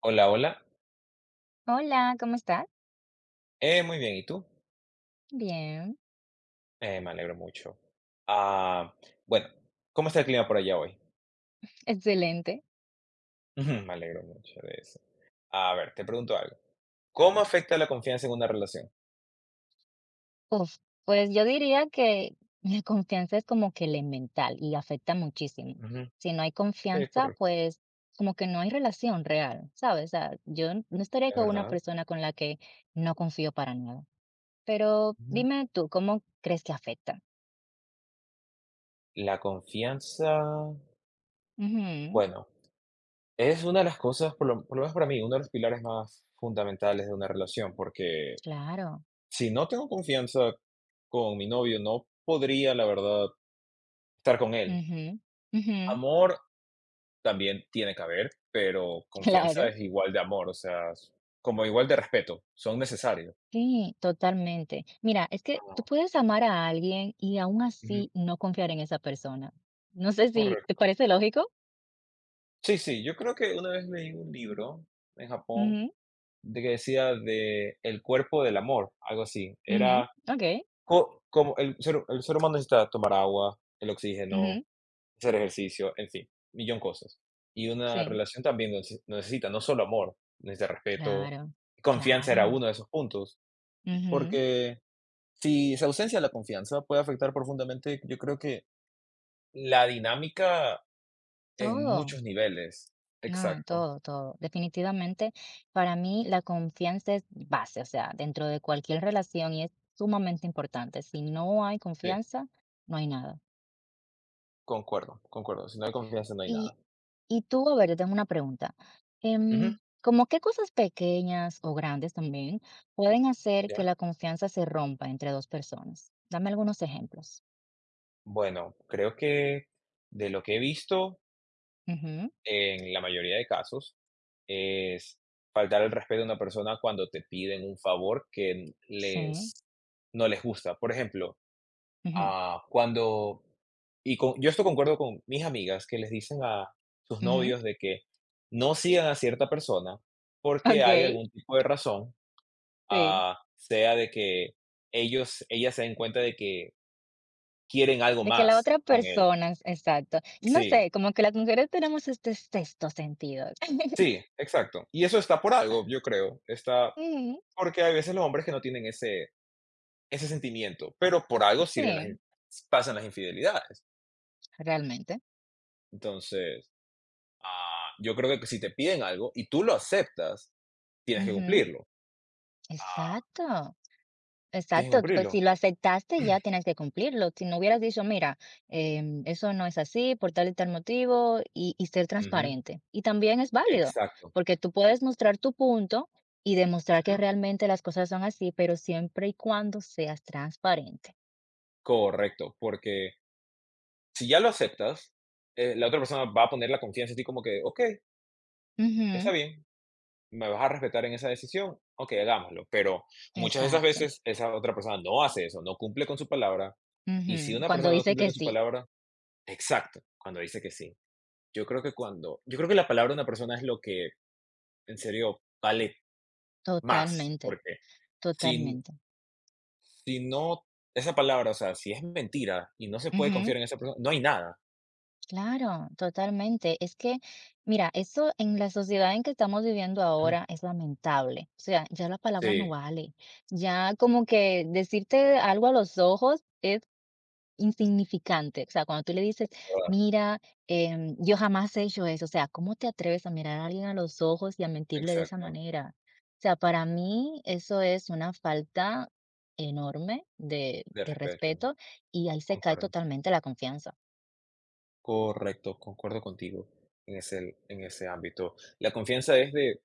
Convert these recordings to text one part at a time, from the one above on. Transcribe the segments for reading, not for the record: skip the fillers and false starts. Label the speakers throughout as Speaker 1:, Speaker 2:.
Speaker 1: Hola, hola.
Speaker 2: Hola, ¿cómo estás?
Speaker 1: Muy bien, ¿y tú?
Speaker 2: Bien,
Speaker 1: Me alegro mucho. Ah, bueno, ¿cómo está el clima por allá hoy?
Speaker 2: excelente.
Speaker 1: Ujú, me alegro mucho de eso. A ver, te pregunto algo. ¿Cómo afecta la confianza en una relación?
Speaker 2: Uf, pues yo diría que la confianza es como que elemental y afecta muchísimo.
Speaker 1: Ujú,
Speaker 2: Si no hay
Speaker 1: sí, es
Speaker 2: confianza,
Speaker 1: correcto,
Speaker 2: pues como que no hay relación real, ¿sabes? O sea, no estaría
Speaker 1: es
Speaker 2: con una
Speaker 1: verdad.
Speaker 2: persona con la que no confío para nada. Pero
Speaker 1: Ujú.
Speaker 2: dime tú, ¿cómo crees que afecta?
Speaker 1: La confianza,
Speaker 2: Ujú,
Speaker 1: bueno, es una de las cosas, por lo menos para mí, uno de los pilares más fundamentales de una relación, porque
Speaker 2: claro.
Speaker 1: si no tengo confianza con mi novio, no podría, la verdad, estar con él.
Speaker 2: Ujú, ujú,
Speaker 1: Amor también tiene que haber, pero confianza
Speaker 2: claro.
Speaker 1: es igual de amor, o sea, s como igual de respeto, son necesarios.
Speaker 2: Sí, totalmente. Mira, es que tú
Speaker 1: Ah,
Speaker 2: puedes amar a alguien y aún
Speaker 1: ujú,
Speaker 2: así no confiar en esa persona. No sé si te
Speaker 1: correcto.
Speaker 2: parece lógico.
Speaker 1: Sí, sí, yo creo que una vez leí un libro en Japón
Speaker 2: Ujú,
Speaker 1: de que decía de el cuerpo del amor, algo así.
Speaker 2: ujú,
Speaker 1: Era
Speaker 2: okey,
Speaker 1: co como el ser humano necesita tomar agua, el oxígeno,
Speaker 2: ujú,
Speaker 1: hacer ejercicio, en fin, millón cosas. Y una
Speaker 2: sí,
Speaker 1: relación también necesita no solo amor, necesita respeto,
Speaker 2: claro,
Speaker 1: confianza era
Speaker 2: claro,
Speaker 1: uno de esos puntos,
Speaker 2: ujú,
Speaker 1: porque si se ausencia la confianza, puede afectar profundamente, yo creo que la dinámica en
Speaker 2: todo,
Speaker 1: muchos niveles.
Speaker 2: no,
Speaker 1: Exacto.
Speaker 2: todo, todo. Definitivamente, para mí la confianza es base, o sea, dentro de cualquier relación y es sumamente importante. Si no hay
Speaker 1: Sí,
Speaker 2: confianza, no hay nada.
Speaker 1: concuerdo, concuerdo. Si no hay confianza, no hay
Speaker 2: Y
Speaker 1: nada.
Speaker 2: Y tú, a ver, yo tengo una pregunta.
Speaker 1: Ujú,
Speaker 2: ¿Cómo qué cosas pequeñas o grandes también pueden hacer que
Speaker 1: ya.
Speaker 2: la confianza se rompa entre dos personas? Dame algunos ejemplos.
Speaker 1: Bueno, creo que de lo que he visto,
Speaker 2: Ujú,
Speaker 1: en la mayoría de casos, es faltar el respeto a una persona cuando te piden un favor que
Speaker 2: sí,
Speaker 1: les no les gusta. Por ejemplo,
Speaker 2: ujú,
Speaker 1: ah, cuando y con yo esto concuerdo con mis amigas que les dicen a sus
Speaker 2: ujú,
Speaker 1: novios de que no sigan a cierta persona porque hay
Speaker 2: okey,
Speaker 1: algún tipo de razón,
Speaker 2: sí.
Speaker 1: ah, sea de que ellos ellas se den cuenta de que quieren algo
Speaker 2: De que la
Speaker 1: más con él.
Speaker 2: exacto. No
Speaker 1: Sí,
Speaker 2: sé, como que las mujeres tenemos este sexto sentido.
Speaker 1: sí, exacto. Y eso está por algo, yo creo, está
Speaker 2: Ujú,
Speaker 1: porque hay veces los hombres que no tienen ese sentimiento, pero por algo sirven las in
Speaker 2: sí,
Speaker 1: pasan las infidelidades.
Speaker 2: realmente.
Speaker 1: Entonces, ah, yo creo que si te piden algo y tú lo aceptas, tienes que
Speaker 2: Ujú,
Speaker 1: cumplirlo. Ah,
Speaker 2: exacto.
Speaker 1: tienes que
Speaker 2: Exacto, tú, pues
Speaker 1: cumplirlo.
Speaker 2: si lo aceptaste ya tienes que cumplirlo. Si no hubieras dicho, mira, eso no es así por tal y tal motivo y ser
Speaker 1: Ujú,
Speaker 2: transparente. Y también es válido,
Speaker 1: exacto.
Speaker 2: porque tú puedes mostrar tu punto y demostrar que
Speaker 1: Ujú,
Speaker 2: realmente las cosas son así, pero siempre y cuando seas transparente.
Speaker 1: correcto, porque si ya lo aceptas, la otra persona va a poner la confianza en ti como que, ok,
Speaker 2: Ujú,
Speaker 1: está bien, me vas a respetar en esa decisión, ok, hagámoslo. Pero muchas de esas
Speaker 2: exacto.
Speaker 1: veces esa otra persona no hace eso, no cumple con su palabra. Y si
Speaker 2: Ujú,
Speaker 1: una
Speaker 2: cuando
Speaker 1: persona no
Speaker 2: dice
Speaker 1: cumple
Speaker 2: que
Speaker 1: con su
Speaker 2: sí,
Speaker 1: palabra, exacto, cuando dice que sí. Yo creo que la palabra de una persona es lo que en serio vale más,
Speaker 2: totalmente,
Speaker 1: porque si
Speaker 2: totalmente.
Speaker 1: si no esa palabra, o sea, si es mentira y no se puede
Speaker 2: Ujú.
Speaker 1: confiar en esa persona, no hay nada.
Speaker 2: Claro, totalmente. Es que, mira, eso en la sociedad en que estamos viviendo
Speaker 1: Ujú.
Speaker 2: ahora es lamentable. O sea, ya la palabra no
Speaker 1: Sí,
Speaker 2: vale. Ya como que decirte algo a los ojos es insignificante. O sea, cuando tú le dices,
Speaker 1: verdad,
Speaker 2: mira, yo jamás he hecho eso. O sea, ¿cómo te atreves a mirar a alguien a los ojos y a mentirle de esa
Speaker 1: exacto,
Speaker 2: manera? O sea, para mí eso es una falta enorme
Speaker 1: de
Speaker 2: de
Speaker 1: respeto,
Speaker 2: respeto y ahí se cae
Speaker 1: concuerdo.
Speaker 2: totalmente la confianza.
Speaker 1: Correcto, concuerdo contigo en ese ámbito. La confianza es de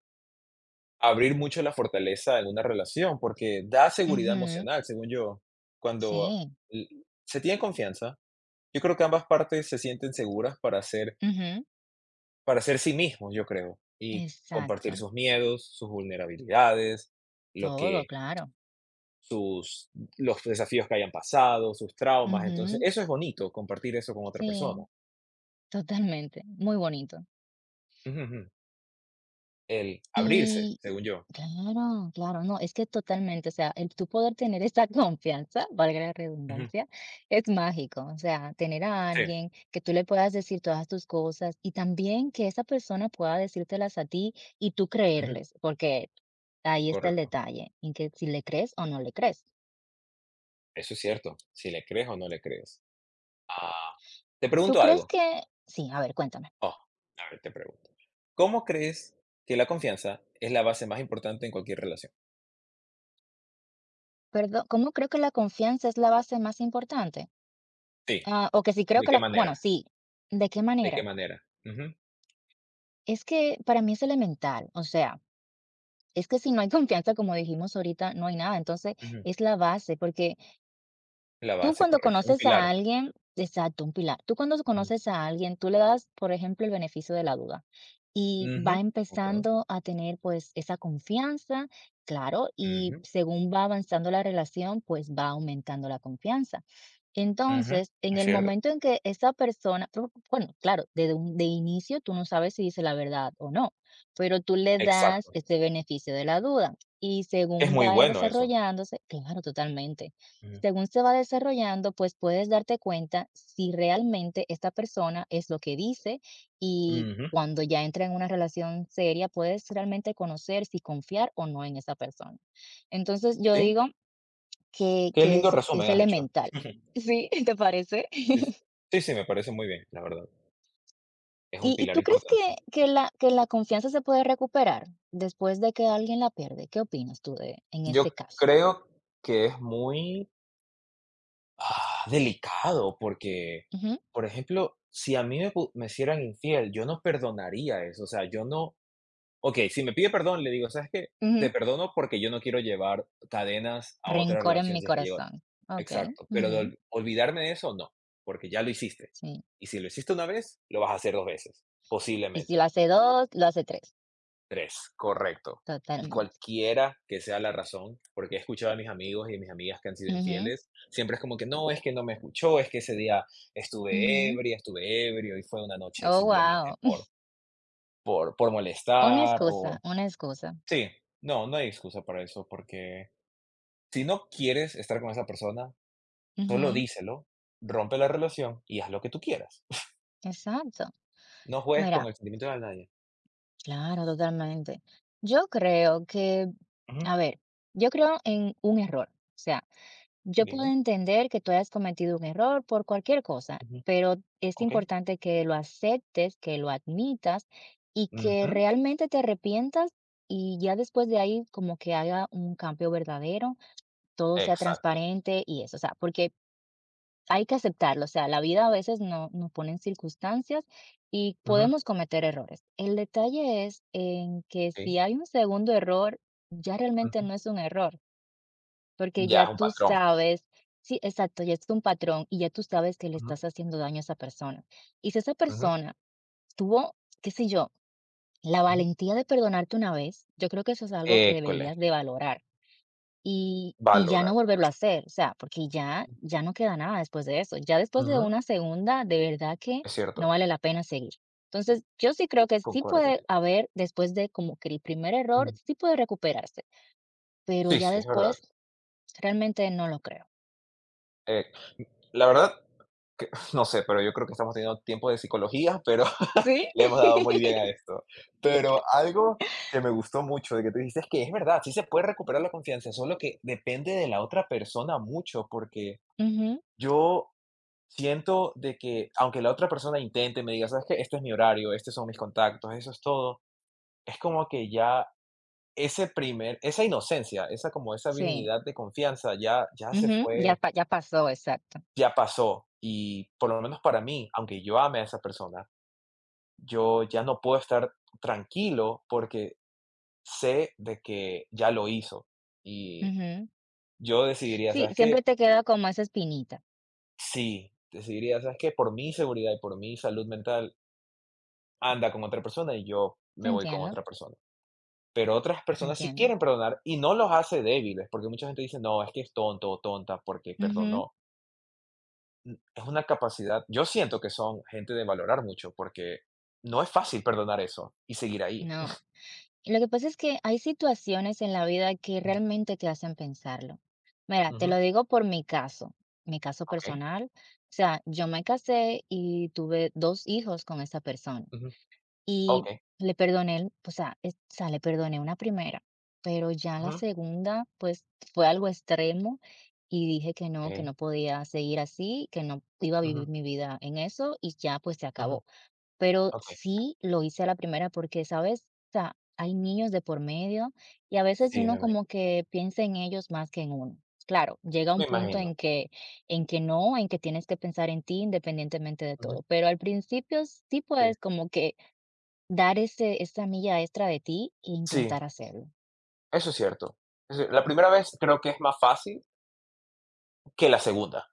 Speaker 1: abrir mucho la fortaleza en una relación, porque da seguridad
Speaker 2: Ujú,
Speaker 1: emocional, según yo. Cuando
Speaker 2: sí.
Speaker 1: l se tiene confianza, yo creo que ambas partes se sienten seguras para hacer
Speaker 2: Ujú,
Speaker 1: Para ser sí mismos, yo creo, y compartir
Speaker 2: exacto,
Speaker 1: sus miedos, sus vulnerabilidades, lo
Speaker 2: todo,
Speaker 1: que
Speaker 2: claro.
Speaker 1: sus los desafíos que hayan pasado, sus traumas. Entonces,
Speaker 2: Ujú,
Speaker 1: eso es bonito, compartir eso con otra persona.
Speaker 2: sí, totalmente, muy bonito.
Speaker 1: Ujú, ujú. El abrirse,
Speaker 2: Y y-
Speaker 1: según yo.
Speaker 2: claro, claro, no, es que totalmente, o sea, el tú poder tener esa confianza, valga la
Speaker 1: Ujú,
Speaker 2: redundancia, es mágico, o sea, tener a
Speaker 1: sí,
Speaker 2: alguien que tú le puedas decir todas tus cosas y también que esa persona pueda decírtelas a ti y tú
Speaker 1: ujú,
Speaker 2: creerles, porque ahí está el
Speaker 1: correcto.
Speaker 2: detalle, en que si le crees o no le crees.
Speaker 1: Eso es cierto, si le crees o no le crees. Ah, te
Speaker 2: ¿Tú
Speaker 1: pregunto
Speaker 2: crees
Speaker 1: algo.
Speaker 2: que, sí, a ver, cuéntame?
Speaker 1: Oh, a ver, te pregunto. ¿Cómo crees que la confianza es la base más importante en cualquier relación?
Speaker 2: Perdón, ¿cómo creo que la confianza es la base más importante?
Speaker 1: Sí,
Speaker 2: Ah, o que si creo
Speaker 1: ¿de
Speaker 2: que
Speaker 1: qué
Speaker 2: la, bueno,
Speaker 1: manera?
Speaker 2: sí, ¿de qué
Speaker 1: ¿De
Speaker 2: manera?
Speaker 1: qué manera? Ujú,
Speaker 2: Es que para mí es elemental, o sea, es que si no hay confianza, como dijimos ahorita, no hay nada, entonces
Speaker 1: ujú.
Speaker 2: es la base, porque
Speaker 1: La
Speaker 2: tú
Speaker 1: base,
Speaker 2: cuando
Speaker 1: correcto. Un
Speaker 2: conoces a
Speaker 1: pilar.
Speaker 2: alguien, exacto, un pilar. Tú cuando
Speaker 1: Ujú.
Speaker 2: conoces a alguien, tú le das, por ejemplo, el beneficio de la duda y
Speaker 1: Ujú.
Speaker 2: va
Speaker 1: Concuerdo.
Speaker 2: empezando a tener pues esa confianza, claro, y
Speaker 1: Ujú.
Speaker 2: según va avanzando la relación, pues va aumentando la confianza.
Speaker 1: Ujú.
Speaker 2: Entonces, en
Speaker 1: Es
Speaker 2: el
Speaker 1: cierto.
Speaker 2: momento en que esa persona, pero, bueno, claro, de inicio tú no sabes si dice la verdad o no, pero tú le das
Speaker 1: Exacto.
Speaker 2: este beneficio de la duda y
Speaker 1: Es
Speaker 2: según
Speaker 1: muy
Speaker 2: va
Speaker 1: bueno eso.
Speaker 2: desarrollándose, claro, totalmente
Speaker 1: Ujú.
Speaker 2: según se va desarrollando, pues puedes darte cuenta si realmente esta persona es lo que dice y
Speaker 1: Ujú.
Speaker 2: cuando ya entra en una relación seria, puedes realmente conocer si confiar o no en esa persona. Entonces, yo
Speaker 1: Sí.
Speaker 2: digo
Speaker 1: Qué
Speaker 2: que
Speaker 1: lindo
Speaker 2: es
Speaker 1: resumen has hecho.
Speaker 2: elemental. ¿Sí? ¿Te parece?
Speaker 1: Sí, sí. Sí, sí, me parece muy bien, la verdad. Es un
Speaker 2: Y
Speaker 1: pilar
Speaker 2: tú crees
Speaker 1: importante.
Speaker 2: que, que la confianza se puede recuperar después de que alguien la pierde? ¿Qué opinas tú de en
Speaker 1: Yo
Speaker 2: ese caso?
Speaker 1: creo que es muy, ah, delicado porque,
Speaker 2: Ujú,
Speaker 1: por ejemplo, si a mí me hicieran infiel, yo no perdonaría eso. O sea, yo no. Ok, si me pide perdón, le digo, ¿sabes qué?
Speaker 2: ujú.
Speaker 1: Te perdono porque yo no quiero llevar cadenas a otra
Speaker 2: Rencor en
Speaker 1: relación
Speaker 2: mi
Speaker 1: si es que llego.
Speaker 2: corazón. Ok.
Speaker 1: Exacto, pero de
Speaker 2: Ujú,
Speaker 1: ol- olvidarme de eso, no, porque ya lo hiciste.
Speaker 2: sí.
Speaker 1: Y si lo hiciste una vez, lo vas a hacer dos veces,
Speaker 2: Y si lo
Speaker 1: posiblemente.
Speaker 2: hace 2 lo hace tres.
Speaker 1: Tres, correcto. Y
Speaker 2: Totalmente.
Speaker 1: cualquiera que sea la razón, porque he escuchado a mis amigos y a mis amigas que han sido
Speaker 2: Ujú,
Speaker 1: infieles, siempre es como que no, es que no me escuchó, es que ese día estuve
Speaker 2: ujú.
Speaker 1: ebria, estuve ebrio y fue una noche
Speaker 2: Oh, wow.
Speaker 1: simplemente por
Speaker 2: Una
Speaker 1: molestar
Speaker 2: excusa,
Speaker 1: o
Speaker 2: una excusa.
Speaker 1: sí, no, no hay excusa para eso, porque si no quieres estar con esa persona, solo
Speaker 2: Ujú,
Speaker 1: díselo, rompe la relación y haz lo que tú quieras.
Speaker 2: exacto.
Speaker 1: No juegues
Speaker 2: Mira,
Speaker 1: con el sentimiento de nadie.
Speaker 2: claro, totalmente. Yo creo que,
Speaker 1: Ujú,
Speaker 2: a ver, yo creo en un error. O sea, yo puedo
Speaker 1: dime,
Speaker 2: entender que tú hayas cometido un error por cualquier cosa,
Speaker 1: ujú,
Speaker 2: pero es
Speaker 1: ¿ok?
Speaker 2: importante que lo aceptes, que lo admitas y que
Speaker 1: Ujú,
Speaker 2: realmente te arrepientas y ya después de ahí como que haga un cambio verdadero. Todo sea
Speaker 1: exacto,
Speaker 2: transparente y eso, o sea, porque hay que aceptarlo, o sea, la vida a veces no, nos pone en circunstancias y
Speaker 1: ujú,
Speaker 2: podemos cometer errores. El detalle es en que si
Speaker 1: sí,
Speaker 2: hay un segundo error, ya realmente
Speaker 1: ujú,
Speaker 2: no es un error, porque
Speaker 1: ya
Speaker 2: ya
Speaker 1: es un
Speaker 2: tú
Speaker 1: patrón,
Speaker 2: sabes, sí, exacto, ya es un patrón y ya tú sabes que le
Speaker 1: ujú,
Speaker 2: estás haciendo daño a esa persona. Y si esa
Speaker 1: ujú,
Speaker 2: persona tuvo, qué sé yo, la
Speaker 1: ujú,
Speaker 2: valentía de perdonarte una vez, yo creo que eso es algo que
Speaker 1: école,
Speaker 2: deberías de valorar y ya no
Speaker 1: valorar,
Speaker 2: volverlo a hacer, o sea, porque ya no queda nada después de eso. Ya después de
Speaker 1: ujú,
Speaker 2: una segunda, de verdad que
Speaker 1: es
Speaker 2: no
Speaker 1: cierto,
Speaker 2: vale la pena seguir. Entonces, yo sí creo que sí
Speaker 1: concuerdo
Speaker 2: puede
Speaker 1: contigo,
Speaker 2: haber, después de como que el primer error,
Speaker 1: mm,
Speaker 2: sí puede recuperarse, pero
Speaker 1: sí,
Speaker 2: ya
Speaker 1: sí, es verdad,
Speaker 2: después realmente no lo creo.
Speaker 1: eh, la verdad que no sé, pero yo creo que estamos teniendo tiempo de psicología, pero
Speaker 2: Sí.
Speaker 1: le hemos dado muy bien a esto. Pero algo que me gustó mucho de que tú dijiste es que es verdad, sí se puede recuperar la confianza, solo que depende de la otra persona mucho, porque
Speaker 2: Ujú,
Speaker 1: yo siento de que aunque la otra persona intente, me diga, ¿sabes qué? Este es mi horario, estos son mis contactos, eso es todo, es como que ya ese primer, esa inocencia, esa como esa
Speaker 2: sí,
Speaker 1: virginidad de confianza ya, ya se
Speaker 2: ujú,
Speaker 1: fue,
Speaker 2: ya pasó, exacto.
Speaker 1: ya pasó. Y por lo menos para mí, aunque yo ame a esa persona, yo ya no puedo estar tranquilo porque sé de que ya lo hizo y
Speaker 2: Ujú.
Speaker 1: yo decidiría,
Speaker 2: Sí,
Speaker 1: ¿sabes
Speaker 2: siempre
Speaker 1: qué?
Speaker 2: te queda como esa espinita.
Speaker 1: Sí, decidiría, ¿sabes qué? Por mi seguridad y por mi salud mental, anda con otra persona y yo me voy con
Speaker 2: Entiendo,
Speaker 1: otra persona. Pero otras personas sí
Speaker 2: entiendo.
Speaker 1: quieren perdonar y no los hace débiles, porque mucha gente dice, no, es que es tonto o tonta porque
Speaker 2: Ujú,
Speaker 1: perdonó. Es una capacidad, yo siento que son gente de valorar mucho porque no es fácil perdonar eso y seguir ahí.
Speaker 2: no. Lo que pasa es que hay situaciones en la vida que
Speaker 1: Ujú,
Speaker 2: realmente te hacen pensarlo. Mira, te
Speaker 1: ujú,
Speaker 2: lo digo por mi caso
Speaker 1: okey,
Speaker 2: personal. O sea, yo me casé y tuve dos hijos con esa persona
Speaker 1: ujú,
Speaker 2: y
Speaker 1: okey,
Speaker 2: le perdoné, o sea, o sea, le perdoné una primera, pero ya la
Speaker 1: ujú,
Speaker 2: segunda, pues fue algo extremo y dije que no
Speaker 1: okey,
Speaker 2: podía seguir así, que no iba a vivir
Speaker 1: ujú,
Speaker 2: mi vida en eso y ya pues se
Speaker 1: ujú,
Speaker 2: acabó. Pero
Speaker 1: okey.
Speaker 2: sí lo hice a la primera porque, ¿sabes? O sea, hay niños de por medio y a veces
Speaker 1: Sí, me
Speaker 2: uno
Speaker 1: imagino.
Speaker 2: como que piensa en ellos más que en uno. Claro, llega un
Speaker 1: Me
Speaker 2: punto
Speaker 1: imagino.
Speaker 2: en que no, en que tienes que pensar en ti independientemente de
Speaker 1: Ujú,
Speaker 2: todo, pero al principio sí
Speaker 1: sí.
Speaker 2: puedes como que dar esa milla extra de ti e
Speaker 1: Sí,
Speaker 2: intentar hacerlo.
Speaker 1: eso es cierto. Eso la primera vez creo que es más fácil que la segunda.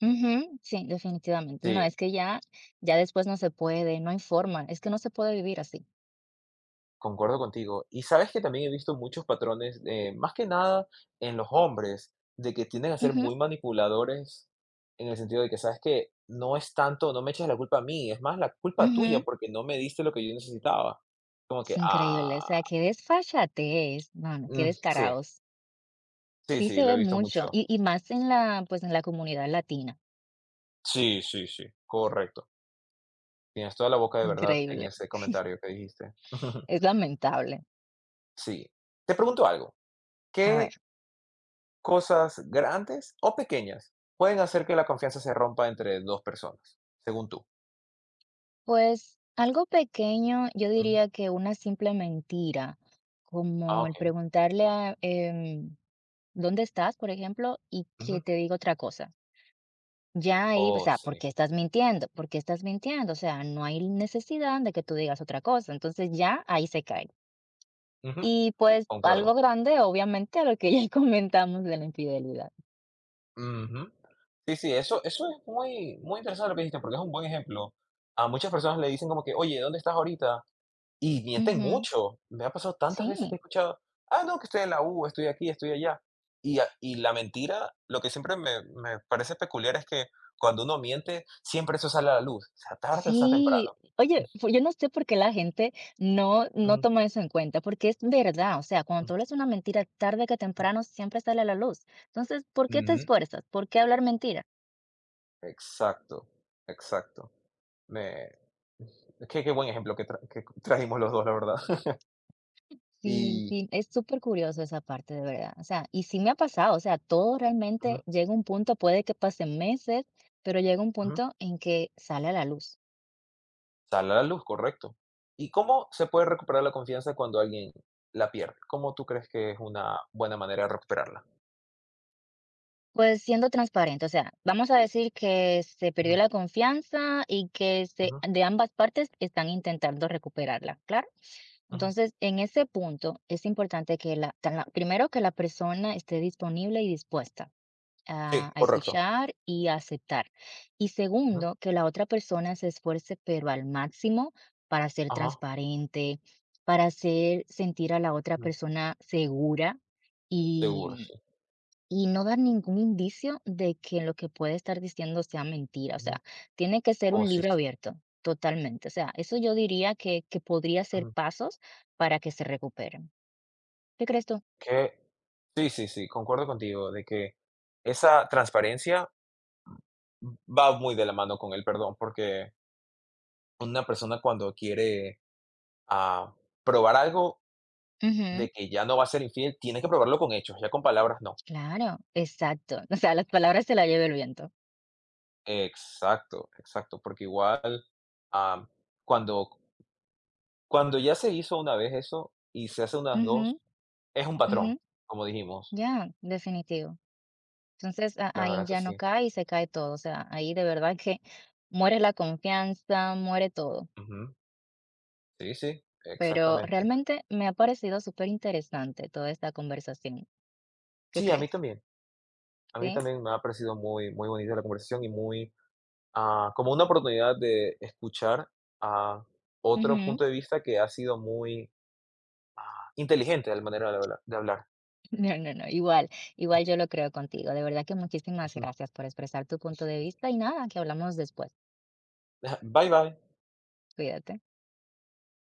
Speaker 2: Ujú, sí, definitivamente. No,
Speaker 1: Sí,
Speaker 2: es que ya, ya después no se puede, no hay forma, es que no se puede vivir así.
Speaker 1: concuerdo contigo. Y sabes que también he visto muchos patrones, más que nada en los hombres, de que tienden a ser
Speaker 2: Ujú,
Speaker 1: muy manipuladores en el sentido de que, ¿sabes que no es tanto, no me eches la culpa a mí, es más la culpa tuya
Speaker 2: ujú.
Speaker 1: porque no me diste lo que yo necesitaba? Como
Speaker 2: Es
Speaker 1: que,
Speaker 2: increíble, o
Speaker 1: ah,
Speaker 2: sea, qué desfachatez, mano, qué
Speaker 1: mm, sí,
Speaker 2: descarados.
Speaker 1: sí,
Speaker 2: Sí
Speaker 1: sí,
Speaker 2: se
Speaker 1: lo
Speaker 2: ve
Speaker 1: he visto
Speaker 2: mucho,
Speaker 1: mucho.
Speaker 2: y más en la, pues, en la comunidad latina,
Speaker 1: Sí, sí, sí, correcto. Tienes toda la boca de verdad en
Speaker 2: increíble,
Speaker 1: ese comentario que dijiste.
Speaker 2: es lamentable.
Speaker 1: Sí. Te pregunto algo,
Speaker 2: A ver,
Speaker 1: ¿qué cosas grandes o pequeñas pueden hacer que la confianza se rompa entre dos personas, según tú?
Speaker 2: pues, algo pequeño, yo
Speaker 1: Ujú.
Speaker 2: diría que una simple mentira,
Speaker 1: Ah,
Speaker 2: como el
Speaker 1: okey.
Speaker 2: preguntarle a, ¿dónde estás?, por ejemplo, y que
Speaker 1: Ujú.
Speaker 2: te diga otra cosa. Ya ahí, o
Speaker 1: Oh,
Speaker 2: sea, ¿por
Speaker 1: sí.
Speaker 2: qué estás mintiendo? ¿Por qué estás mintiendo? O sea, no hay necesidad de que tú digas otra cosa, entonces ya ahí se cae.
Speaker 1: Ujú.
Speaker 2: Y, pues, algo
Speaker 1: Concuerdo.
Speaker 2: grande, obviamente, a lo que ya comentamos de la infidelidad.
Speaker 1: Ujú. Sí, sí, eso es muy muy interesante lo que dijiste, porque es un buen ejemplo. A muchas personas le dicen como que: "Oye, ¿dónde estás ahorita?". Y mienten
Speaker 2: Ujú.
Speaker 1: mucho. Me ha pasado tantas veces que
Speaker 2: Sí,
Speaker 1: he escuchado: "Ah, no, que estoy en la U, estoy aquí, estoy allá". Y la mentira, lo que siempre me parece peculiar es que cuando uno miente, siempre eso sale a la luz, o sea tarde o sea
Speaker 2: sí.
Speaker 1: temprano.
Speaker 2: Oye, pues, yo no sé por qué la gente no
Speaker 1: Ujú,
Speaker 2: toma eso en cuenta, porque es verdad, o sea, cuando tú
Speaker 1: ujú,
Speaker 2: hablas una mentira, tarde que temprano siempre sale a la luz. Entonces, ¿por qué te
Speaker 1: ujú.
Speaker 2: esfuerzas? ¿Por qué hablar mentira?
Speaker 1: Exacto, exacto. Me qué qué buen ejemplo que trajimos los 2, la verdad.
Speaker 2: Sí,
Speaker 1: Y
Speaker 2: sí, es súper curioso esa parte, de verdad. O sea, y sí me ha pasado, o sea, todo
Speaker 1: ujú,
Speaker 2: realmente llega un punto, puede que pasen meses, pero llega un
Speaker 1: ujú.
Speaker 2: punto en que sale a la luz.
Speaker 1: Sale a la luz, correcto. ¿Y cómo se puede recuperar la confianza cuando alguien la pierde? ¿Cómo tú crees que es una buena manera de recuperarla?
Speaker 2: Pues siendo transparente, o sea, vamos a decir que se
Speaker 1: Ujú,
Speaker 2: perdió la confianza y que se,
Speaker 1: ujú,
Speaker 2: de ambas partes están intentando recuperarla, ¿claro?
Speaker 1: ujú.
Speaker 2: Entonces, en ese punto es importante primero que la persona esté disponible y dispuesta
Speaker 1: Sí,
Speaker 2: a
Speaker 1: correcto.
Speaker 2: escuchar y a aceptar. Y
Speaker 1: Ujú,
Speaker 2: segundo, que la otra persona se esfuerce, pero al máximo, para ser
Speaker 1: ajá,
Speaker 2: transparente, para hacer sentir a la otra
Speaker 1: ujú,
Speaker 2: persona segura
Speaker 1: seguro, sí.
Speaker 2: y no dar ningún indicio de que lo que puede estar diciendo sea mentira, o
Speaker 1: Ujú.
Speaker 2: sea, tiene que ser
Speaker 1: Oh,
Speaker 2: un
Speaker 1: sí,
Speaker 2: libro
Speaker 1: sí.
Speaker 2: abierto, totalmente. O sea, eso yo diría que podría ser
Speaker 1: Ujú.
Speaker 2: pasos para que se recuperen. ¿Qué crees tú?
Speaker 1: Que sí, sí, sí, concuerdo contigo de que esa transparencia va muy de la mano con el perdón, porque una persona cuando quiere, ah, probar algo
Speaker 2: Ujú,
Speaker 1: de que ya no va a ser infiel, tiene que probarlo con hechos, ya con palabras no.
Speaker 2: claro, exacto. O sea, las palabras se las lleva el viento.
Speaker 1: Exacto, exacto, porque igual, am, cuando ya se hizo una vez eso y se hace unas
Speaker 2: Ujú,
Speaker 1: 2 es un
Speaker 2: ujú,
Speaker 1: patrón, como dijimos.
Speaker 2: ya, definitivo. Entonces, a
Speaker 1: La
Speaker 2: ahí
Speaker 1: verdad que
Speaker 2: ya no
Speaker 1: sí.
Speaker 2: cae y se cae todo. O sea, ahí de verdad que muere la confianza, muere todo.
Speaker 1: Ujú. Sí, sí,
Speaker 2: Pero
Speaker 1: exactamente.
Speaker 2: realmente me ha parecido súper interesante toda esta conversación. ¿Qué
Speaker 1: Sí, a mí
Speaker 2: crees?
Speaker 1: también. A mí
Speaker 2: Sí.
Speaker 1: también me ha parecido muy muy bonita la conversación y muy, ah, como una oportunidad de escuchar a otro
Speaker 2: Ujú.
Speaker 1: punto de vista que ha sido muy, ah, inteligente la manera de hablar.
Speaker 2: No, no, no, igual, igual yo lo creo contigo. De verdad que muchísimas gracias por expresar tu punto de vista y nada, que hablamos después.
Speaker 1: Bye, bye.
Speaker 2: Cuídate.